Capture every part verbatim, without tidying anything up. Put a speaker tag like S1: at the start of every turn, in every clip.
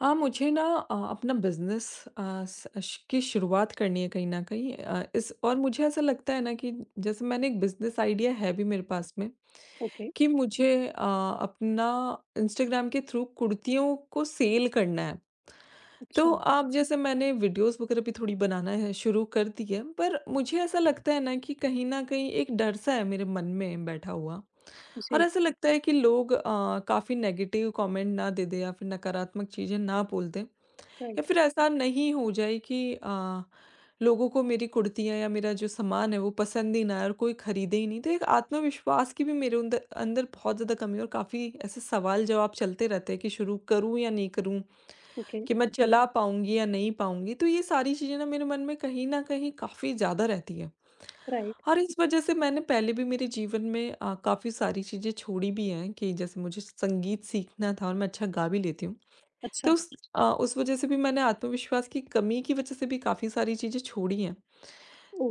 S1: हाँ, मुझे ना अ, अपना बिज़नेस अ, स श की शुरुआत करनी है कहीं न कहीं, अ, इस और मुझे ऐसा लगता है ना कि जैसे मैंने एक बिज़नेस आइडिया है भी मेरे पास में,
S2: ओके।
S1: कि मुझे अ, अपना इंस्टाग्राम के थ्रू कुर्तियों को सेल करना है। तो
S2: अच्छा।
S1: अब जैसे मैंने वीडियोज़ वगैरह भी थोड़ी बनाना है शुरू कर दी है, पर मुझे ऐसा लगता है ना कि कहीं न कहीं एक डर-सा है मेरे मन में बैठा हुआ। और
S2: जी।
S1: ऐसा लगता है कि लोग अ, काफ़ी नेगेटिव कमेंट ना दे दें या फिर नकारात्मक चीज़ें ना बोल दें, या
S2: राइट।
S1: फिर ऐसा नहीं हो जाए कि अ, लोगों को मेरी कुर्तियाँ या मेरा जो सामान है वो पसंद ही ना आए और कोई खरीदे ही नहीं, तो एक आत्मविश्वास की भी मेरे अंदर अंदर बहुत ज़्यादा कमी है, और काफ़ी ऐसे सवाल जवाब चलते रहते हैं कि शुरू करूँ या नहीं करूँ,
S2: ओके।
S1: कि मैं चला पाऊँगी या नहीं पाऊँगी, तो ये सारी चीज़ें ना मेरे मन में कहीं न कहीं काफ़ी ज़्यादा रहती हैं।
S2: राइट।
S1: और इस वज़ह से मैंने पहले भी मेरे जीवन में अ, काफ़ी सारी चीज़ें छोड़ी भी हैं, कि जैसे मुझे संगीत सीखना था और मैं अच्छा गा भी लेती हूँ।
S2: अच्छा।
S1: तो उस अ, उस वज़ह से भी, मैंने आत्मविश्वास की कमी की वज़ह से भी काफ़ी सारी चीज़ें छोड़ी हैं।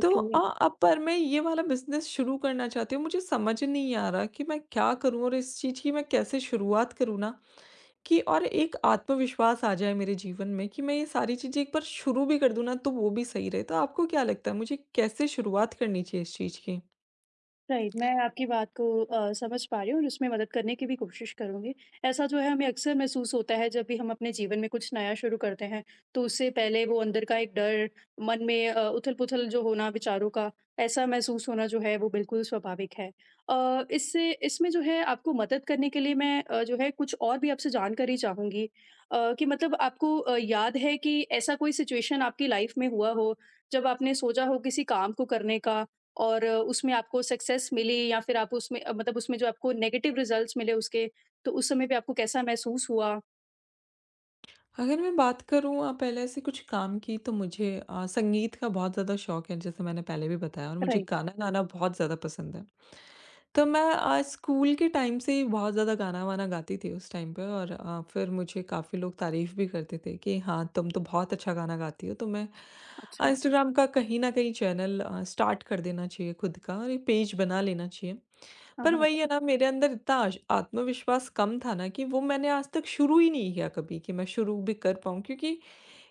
S1: तो अ, अब पर मैं ये वाला बिज़नेस शुरू करना चाहती हूँ, मुझे समझ नहीं आ रहा कि मैं क्या करूँ और इस चीज़ की मैं कैसे शुरुआत करूँ ना, कि और एक आत्मविश्वास आ जाए मेरे जीवन में कि मैं ये सारी चीज़ें एक बार शुरू भी कर दूँ ना, तो वो भी सही रहे। तो आपको क्या लगता है, मुझे कैसे शुरुआत करनी चाहिए इस चीज़ की?
S2: राइट, मैं आपकी बात को अ, समझ पा रही हूँ और उसमें मदद करने की भी कोशिश करूँगी। ऐसा जो है हमें अक्सर महसूस होता है जब भी हम अपने जीवन में कुछ नया शुरू करते हैं, तो उससे पहले वो अंदर का एक डर, मन में अ, उथल-पुथल जो होना विचारों का, ऐसा महसूस होना जो है वो बिल्कुल स्वाभाविक है। अ, इससे इसमें जो है आपको मदद करने के लिए मैं अ, जो है कुछ और भी आपसे जानकारी चाहूँगी अ, कि मतलब आपको अ, याद है कि ऐसा कोई सिचुएशन आपकी लाइफ़ में हुआ हो, जब आपने सोचा हो किसी काम को करने का और उसमें आपको सक्सेस मिली या फिर आप उसमें अ, मतलब उसमें जो आपको नेगेटिव रिजल्ट्स मिले उसके, तो उस समय पे आपको कैसा महसूस हुआ?
S1: अगर मैं बात करूँ अ, पहले से कुछ काम की, तो मुझे अ, संगीत का बहुत ज़्यादा शौक है, जैसे मैंने पहले भी बताया, और मुझे
S2: राइट।
S1: गाना गाना बहुत ज़्यादा पसंद है। तो मैं अ, स्कूल के टाइम से ही बहुत ज़्यादा गाना-वाना गाती थी उस टाइम पे, और अ, फिर मुझे काफ़ी लोग तारीफ़ भी करते थे कि हाँ, तुम तो बहुत अच्छा गाना गाती हो। तो मैं अ,
S2: अच्छा।
S1: इंस्टाग्राम का कहीं न कहीं चैनल अ, स्टार्ट कर देना चाहिए खुद का, और एक पेज बना लेना चाहिए।
S2: हाँ,
S1: पर
S2: हाँ।
S1: वही है ना, मेरे अंदर इतना आश आत्मविश्वास कम था ना कि वो मैंने आज तक शुरू ही नहीं किया कभी कि मैं शुरू भी कर पाऊँ, क्योंकि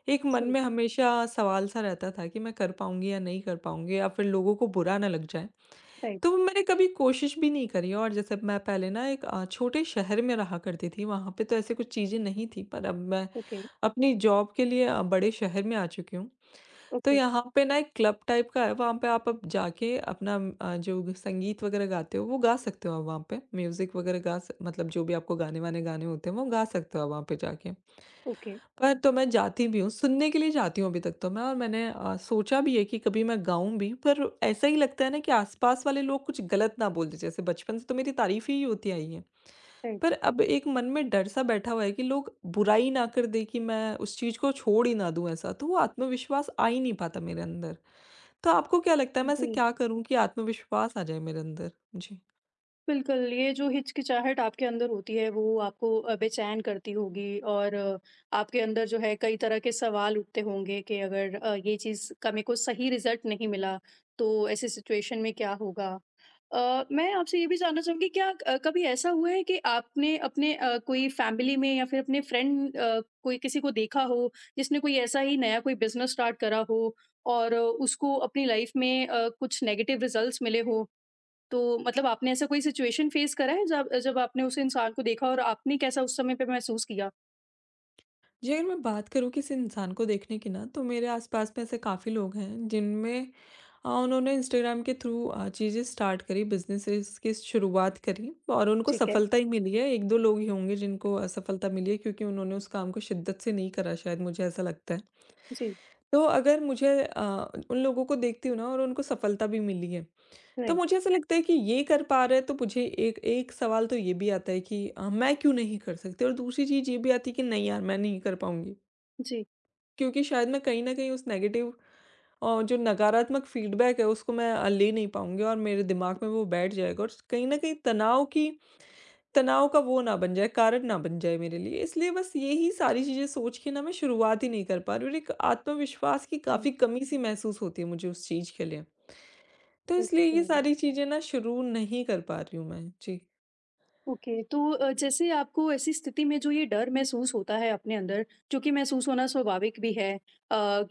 S1: एक मन
S2: सही।
S1: में हमेशा सवाल-सा रहता था कि मैं कर पाऊँगी या नहीं कर पाऊँगी, या फिर लोगों को बुरा ना लग जाए।
S2: राइट।
S1: तो मैंने कभी कोशिश भी नहीं करी, और जैसे मैं पहले ना एक अ, छोटे शहर में रहा करती थी, वहाँ पे तो ऐसी कुछ चीज़ें नहीं थी, पर अब मैं
S2: ओके।
S1: अपनी जॉब के लिए अ, बड़े शहर में आ चुकी हूँ। तो
S2: ओके।
S1: यहाँ पे ना एक क्लब टाइप का है, वहाँ पे आप अब जाके अपना अ, जो संगीत वगैरह गाते हो वो गा सकते हो आप वहाँ पे। म्यूज़िक वगैरह गा स मतलब जो भी आपको गाने-वाने गाने होते हैं, वो गा सकते हो आप वहाँ पे जाके।
S2: ओके।
S1: पर तो मैं जाती भी हूँ, सुनने के लिए जाती हूँ अभी तक तो मैं, और मैंने अ, सोचा भी है कि कभी मैं गाऊँ भी, पर ऐसा ही लगता है ना कि आस-पास वाले लोग कुछ गलत ना बोल दें। जैसे बचपन से तो मेरी तारीफ़ ही होती आई है।
S2: राइट।
S1: पर अब एक मन में डर सा बैठा हुआ है कि लोग बुराई ना कर दें, कि मैं उस चीज़ को छोड़ ही ना दूँ ऐसा, तो वो आत्मविश्वास आ ही नहीं पाता मेरे अंदर। तो आपको क्या लगता है, मैं ऐसे
S2: जी।
S1: क्या करूँ कि आत्मविश्वास आ जाए मेरे अंदर? जी।
S2: बिल्कुल, ये जो हिचकिचाहट आपके अंदर होती है वो आपको अ, बेचैन करती होगी और अ, आपके अंदर जो है कई तरह के सवाल उठते होंगे कि अगर अ, ये चीज़ का मेरे को सही रिज़ल्ट नहीं मिला, तो ऐसी सिचुएशन में क्या होगा? अ, मैं आपसे ये भी जानना चाहूँगी क्या अ, कभी ऐसा हुआ है कि आपने अपने अ, कोई फैमिली में या फिर अपने फ्रेंड अ, कोई किसी को देखा हो, जिसने कोई ऐसा ही नया कोई बिज़नेस स्टार्ट करा हो और अ, उसको अपनी लाइफ़ में अ, कुछ नेगेटिव रिज़ल्ट्स मिले हों? तो मतलब आपने ऐसा कोई सिचुएशन फ़ेस करा है जब जब आपने उस इंसान को देखा और आपने कैसा उस समय पे महसूस किया?
S1: जी, अगर मैं बात करूँ किसी इंसान को देखने की ना, तो मेरे आसपास में ऐसे काफ़ी लोग हैं जिनमें अ, उन्होंने इंस्टाग्राम के थ्रू अ, चीज़ें स्टार्ट करी, बिज़नेसेस की शुरुआत करी, और उनको
S2: ठीक है।
S1: सफलता ही मिली है। एक दो लोग ही होंगे जिनको असफलता मिली है, क्योंकि उन्होंने उस काम को शिद्दत से नहीं करा शायद, मुझे ऐसा लगता है।
S2: जी।
S1: तो अगर मुझे अ, उन लोगों को देखती हूँ ना और उनको सफलता भी मिली है, तो
S2: राइट।
S1: मुझे ऐसा लगता है कि ये कर पा रहा है, तो मुझे एक एक सवाल तो ये भी आता है कि अ, मैं क्यों नहीं कर सकती, और दूसरी चीज़ ये भी आती है कि नहीं यार, मैं नहीं कर पाऊंगी,
S2: जी।
S1: क्योंकि शायद मैं कहीं ना कहीं उस नेगेटिव अ, जो नकारात्मक फीडबैक है उसको मैं अ, ले नहीं पाऊंगी, और मेरे दिमाग में वो बैठ जाएगा, और कहीं ना कहीं तनाव की तनाव का वो ना बन जाए कारण ना बन जाए मेरे लिए, इसलिए बस यही सारी चीज़ें सोच के ना मैं शुरुआत ही नहीं कर पा रही, और एक आत्मविश्वास की
S2: राइट।
S1: काफ़ी कमी सी महसूस होती है मुझे उस चीज़ के लिए, तो इसलिए
S2: ओके।
S1: ये सारी चीज़ें ना शुरू नहीं कर पा रही हूँ मैं। जी।
S2: ओके, तो अ, जैसे आपको ऐसी स्थिति में जो ये डर महसूस होता है अपने अंदर, जो कि महसूस होना स्वाभाविक भी है अ,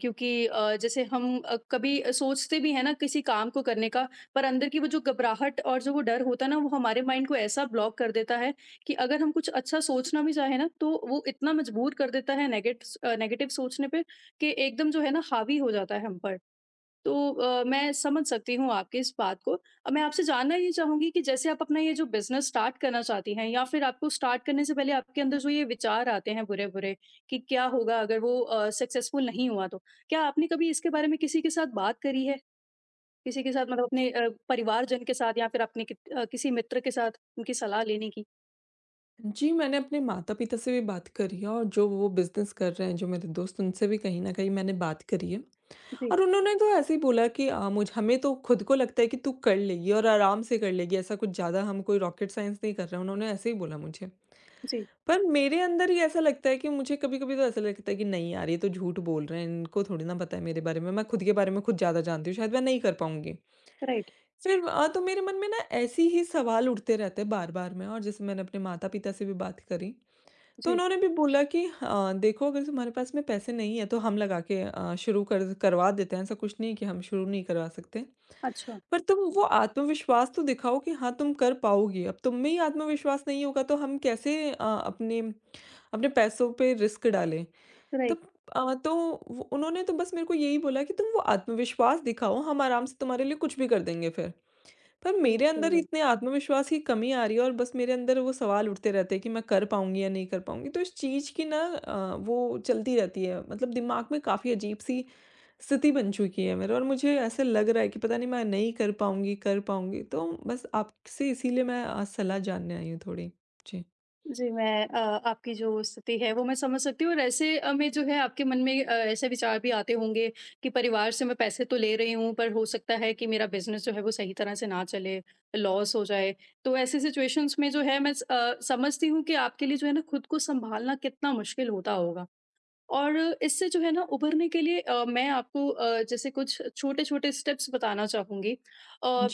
S2: क्योंकि अ, जैसे हम अ, कभी सोचते भी हैं ना किसी काम को करने का, पर अंदर की वो जो घबराहट और जो वो डर होता है ना, वो हमारे माइंड को ऐसा ब्लॉक कर देता है कि अगर हम कुछ अच्छा सोचना भी चाहें ना, तो वो इतना मजबूर कर देता है नेगेट्स अ, नेगेटिव सोचने पे कि एकदम जो है ना हावी हो जाता है हम पर। तो अ, मैं समझ सकती हूँ आपकी इस बात को। अब मैं आपसे जानना ये चाहूँगी कि जैसे आप अपना ये जो बिज़नेस स्टार्ट करना चाहती हैं या फिर आपको स्टार्ट करने से पहले आपके अंदर जो ये विचार आते हैं बुरे-बुरे कि क्या होगा अगर वो अ, सक्सेसफुल नहीं हुआ तो? क्या आपने कभी इसके बारे में किसी के साथ बात करी है? किसी के साथ मतलब अपने अ, परिवारजन के साथ या फिर अपने कित अ, किसी मित्र के साथ उनकी सलाह लेने की?
S1: जी, मैंने अपने माता-पिता से भी बात करी है, और जो वो बिज़नेस कर रहे हैं, जो मेरे दोस्त, उनसे भी कहीं न कहीं मैंने बात करी है,
S2: जी।
S1: और उन्होंने तो ऐसे ही बोला कि अ, मुझ हमें तो खुद को लगता है कि तू कर लेगी और आराम से कर लेगी, ऐसा कुछ ज़्यादा हम कोई रॉकेट साइंस नहीं कर रहे हैं, उन्होंने ऐसे ही बोला मुझे।
S2: जी।
S1: पर मेरे अंदर ही ऐसा लगता है कि मुझे, कभी-कभी तो ऐसा लगता है कि नहीं यार, ये तो झूठ बोल रहे हैं, इनको थोड़ी ना पता है मेरे बारे में, मैं खुद के बारे में खुद ज़्यादा जानती हूँ, शायद मैं नहीं कर पाऊँगी।
S2: राइट।
S1: फिर अ, तो मेरे मन में ना ऐसे ही सवाल उठते रहते हैं बार-बार में, और जैसे मैंने अपने माता-पिता से भी बात करी, तो
S2: जी।
S1: उन्होंने भी बोला कि हाँ, देखो, अगर तुम्हारे पास में पैसे नहीं है तो हम लगा के अ, शुरू कर करवा देते हैं, ऐसा कुछ नहीं है कि हम शुरू नहीं करवा सकते।
S2: अच्छा।
S1: पर तुम वो आत्मविश्वास तो दिखाओ कि हाँ, तुम कर पाओगी। अब तुम में ही आत्मविश्वास नहीं होगा तो हम कैसे अ, अपने अपने पैसों पे रिस्क डालें?
S2: राइट।
S1: तब अ, तो वो उन्होंने तो बस मेरे को यही बोला कि तुम वो आत्मविश्वास दिखाओ, हम आराम से तुम्हारे लिए कुछ भी कर देंगे फिर। पर मेरे
S2: ओके।
S1: अंदर इतने आत्मविश्वास की कमी आ रही है, और बस मेरे अंदर वो सवाल उठते रहते हैं कि मैं कर पाऊंगी या नहीं कर पाऊंगी, तो इस चीज की ना अ, वो चलती रहती है, मतलब दिमाग में काफी अजीब सी स्थिति बन चुकी है मेरे, और मुझे ऐसे लग रहा है कि पता नहीं मैं नहीं कर पाऊंगी कर पाऊंगी, तो बस आपसे इसीलिए मैं आज सलाह जानने आई हूँ थोड़ी। जी।
S2: जी, मैं अ, आपकी जो स्थिति है वो मैं समझ सकती हूँ और ऐसे अ, में जो है आपके मन में अ, ऐसे विचार भी आते होंगे कि परिवार से मैं पैसे तो ले रही हूँ पर हो सकता है कि मेरा बिज़नेस जो है वो सही तरह से ना चले, लॉस हो जाए। तो ऐसी सिचुएशंस में जो है मैं स अ, समझती हूँ कि आपके लिए जो है ना खुद को सँभालना कितना मुश्किल होता होगा। और इससे जो है ना उभरने के लिए अ, मैं आपको अ, जैसे कुछ छोटे-छोटे स्टेप्स बताना चाहूँगी। अ,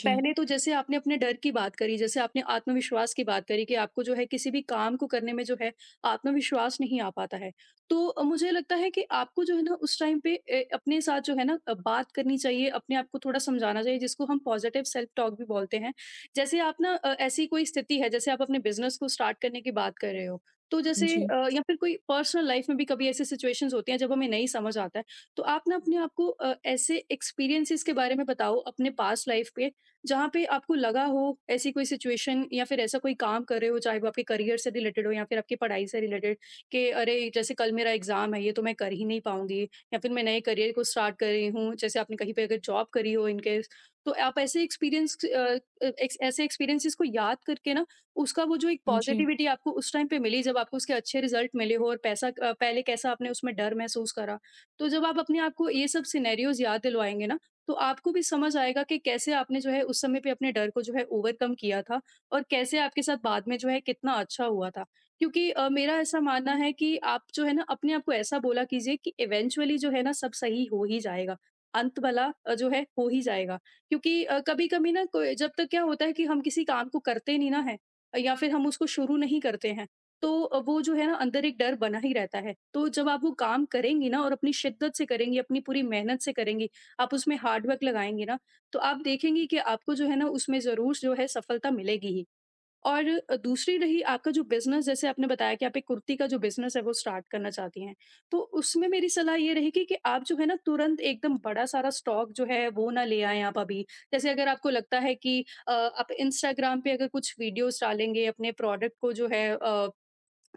S1: जी।
S2: तो जैसे आपने अपने डर की बात करी, जैसे आपने आत्मविश्वास की बात करी कि आपको जो है किसी भी काम को करने में जो है आत्मविश्वास नहीं आ पाता है। तो अ, मुझे लगता है कि आपको जो है ना उस टाइम पे ए, अपने साथ जो है ना अ, बात करनी चाहिए, अपने आप को थोड़ा समझाना चाहिए जिसको हम पॉजिटिव सेल्फ टॉक भी बोलते हैं। जैसे आप ना अ, ऐसी कोई स्थिति है जैसे आप अपने बिज़नेस को स्टार्ट करने की बात कर रहे हो। तो जैसे
S1: जी।
S2: अ, या फिर कोई पर्सनल लाइफ में भी कभी ऐसी सिचुएशंस होती हैं जब हमें नहीं समझ आता है, तो आप ना अपने आप को अ, ऐसे एक्सपीरियंसेस के बारे में बताओ अपने पास्ट लाइफ के, जहाँ पे आपको लगा हो ऐसी कोई सिचुएशन या फिर ऐसा कोई काम कर रहे हो, चाहे वो आपके करियर से रिलेटेड हो या फिर आपकी पढ़ाई से रिलेटेड कि अरे! जैसे कल मेरा एग्ज़ाम है, ये तो मैं कर ही नहीं पाऊँगी या फिर मैं नए करियर को स्टार्ट कर रही हूँ, जैसे आपने कहीं पे अगर जॉब करी हो इन केस, तो आप ऐसे एक्सपीरियंस अ, अ, एक्स ऐसे एक्सपीरियंसेस को याद करके ना उसका वो जो एक
S1: जी।
S2: पॉज़िटिविटी आपको उस टाइम पे मिली जब आपको उसके अच्छे रिज़ल्ट मिले हो और पैसा अ, पहले कैसा आपने उसमें डर महसूस करा। तो जब आप अपने आप को ये सब सिनेरियोज़ याद दिलवाएँगे ना, तो आपको भी समझ आएगा कि कैसे आपने जो है उस समय पे अपने डर को जो है ओवरकम किया था और कैसे आपके साथ बाद में जो है कितना अच्छा हुआ था। क्योंकि अ, मेरा ऐसा मानना है कि आप जो है ना अपने आप को ऐसा बोला कीजिए कि इवेंचुअली जो है ना सब सही हो ही जाएगा। अंत भला अ, जो है हो ही जाएगा। क्योंकि अ, कभी-कभी ना कोई जब तक क्या होता है कि हम किसी काम को करते नहीं ना हैं, या फिर हम उसको शुरू नहीं करते हैं, तो अ, वो जो है ना अंदर एक डर बना ही रहता है। तो जब आप वो काम करेंगी ना और अपनी शिद्दत से करेंगी, अपनी पूरी मेहनत से करेंगी, आप उसमें हार्ड वर्क लगाएँगी ना, तो आप देखेंगी कि आपको जो है ना उसमें ज़रूर जो है सफलता मिलेगी ही। और अ, दूसरी रही आपका जो बिज़नेस जैसे आपने बताया कि आप एक कुर्ती का जो बिज़नेस है वो स्टार्ट करना चाहती हैं। तो उसमें मेरी सलाह ये रहेगी कि आप जो है ना तुरंत एकदम बड़ा सारा स्टॉक जो है वो ना ले आएँ आप अभी। जैसे अगर आपको लगता है कि अ, आप इंस्टाग्राम पे अगर कुछ वीडियोज़ डालेंगे अपने प्रोडक्ट को जो है अ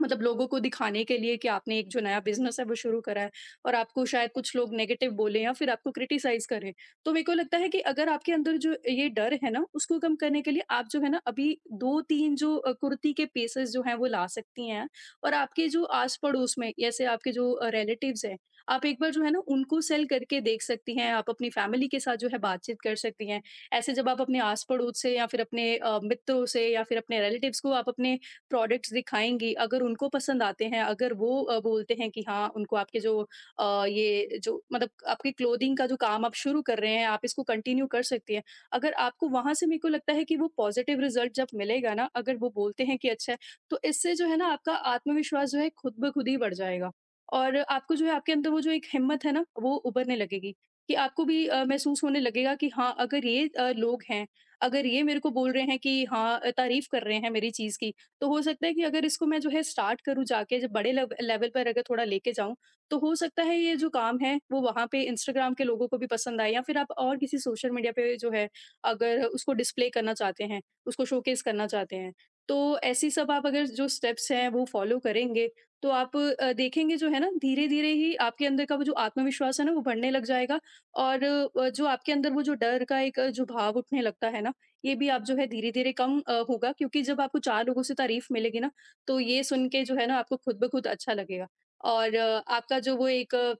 S2: मतलब लोगों को दिखाने के लिए कि आपने एक जो नया बिज़नेस है वो शुरू करा है और आपको शायद कुछ लोग नेगेटिव बोलें या फिर आपको क्रिटिसाइज़ करें। तो मेरे को लगता है कि अगर आपके अंदर जो ये डर है ना, उसको कम करने के लिए आप जो है ना अभी दो तीन जो अ, कुर्ती के पीसेज़ जो हैं वो ला सकती हैं और आपके जो आस-पड़ोस में जैसे आपके जो अ, रिलेटिव्स हैं, आप एक बार जो है ना उनको सेल करके देख सकती हैं, आप अपनी फैमिली के साथ जो है बातचीत कर सकती हैं। ऐसे जब आप अपने आस-पड़ोस से या फिर अपने अ, मित्रों से या फिर अपने रिलेटिव्स को आप अपने प्रोडक्ट्स दिखाएँगी, अगर उनको पसंद आते हैं, अगर वो अ, बोलते हैं कि हाँ, उनको आपके जो अ, ये जो मतलब आपकी क्लोथिंग का जो काम आप शुरू कर रहे हैं, आप इसको कंटिन्यू कर सकती हैं। अगर आपको वहाँ से मेरे को लगता है कि वो पॉज़िटिव रिज़ल्ट जब मिलेगा ना, अगर वो बोलते हैं कि अच्छा है, तो इससे जो है ना आपका आत्मविश्वास जो है खुद ब खुद ही बढ़ जाएगा। और आपको जो है आपके अंदर वो जो एक हिम्मत है ना, वो उभरने लगेगी कि आपको भी अ, महसूस होने लगेगा कि हाँ, अगर ये अ, लोग हैं, अगर ये मेरे को बोल रहे हैं कि हाँ अ, तारीफ़ कर रहे हैं मेरी चीज़ की तो हो सकता है कि अगर इसको मैं जो है स्टार्ट करूँ जाके जब बड़े लेव लेवल पर अगर थोड़ा लेके जाऊँ, तो हो सकता है ये जो काम है वो वहाँ पे इंस्टाग्राम के लोगों को भी पसंद आए या फिर आप और किसी सोशल मीडिया पे जो है अगर उसको डिस्प्ले करना चाहते हैं, उसको शोकेस करना चाहते हैं। तो ऐसी सब आप अगर जो स्टेप्स हैं वो फॉलो करेंगे, तो आप अ, देखेंगे जो है ना धीरे-धीरे ही आपके अंदर का वो जो आत्मविश्वास है ना वो बढ़ने लग जाएगा और अ, जो आपके अंदर वो जो डर का एक अ, जो भाव उठने लगता है ना ये भी आप जो है धीरे-धीरे कम अ, होगा क्योंकि जब आपको चार लोगों से तारीफ़ मिलेगी ना, तो ये सुन के जो है ना आपको खुद ब खुद अच्छा लगेगा। और अ, आपका जो वो एक अ,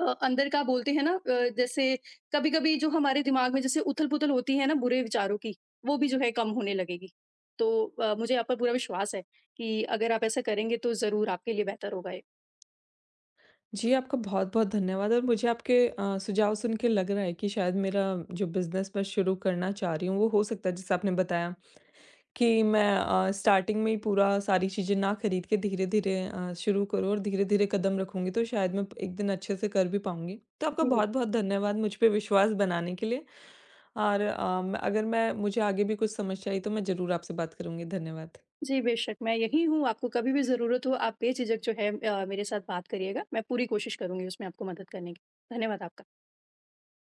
S2: अ, अंदर का बोलते हैं ना अ, जैसे कभी-कभी जो हमारे दिमाग में जैसे उथल-पुथल होती है ना बुरे विचारों की, वो भी जो है कम होने लगेगी। तो अ, मुझे आप पर पूरा विश्वास है कि अगर आप ऐसा करेंगे तो ज़रूर आपके लिए बेहतर होगा ये।
S1: जी, आपका बहुत बहुत धन्यवाद, और मुझे आपके अ, सुझाव सुन के लग रहा है कि शायद मेरा जो बिजनेस मैं शुरू करना चाह रही हूँ, वो हो सकता है, जैसे आपने बताया कि मैं अ, स्टार्टिंग में ही पूरा सारी चीज़ें ना खरीद के धीरे-धीरे अ, शुरू करूँ और धीरे-धीरे कदम रखूँगी, तो शायद मैं एक दिन अच्छे से कर भी पाऊँगी। तो आपका
S2: जी।
S1: बहुत-बहुत धन्यवाद मुझ पे विश्वास बनाने के लिए। और अम, अगर मैं मुझे आगे भी कुछ समस्या आई तो मैं ज़रूर आपसे बात करूँगी। धन्यवाद।
S2: जी, बेशक मैं यहीं हूँ, आपको कभी भी ज़रूरत हो आप बेझिझक जो है अ, मेरे साथ बात करिएगा। मैं पूरी कोशिश करूँगी उसमें आपको मदद करने की। धन्यवाद आप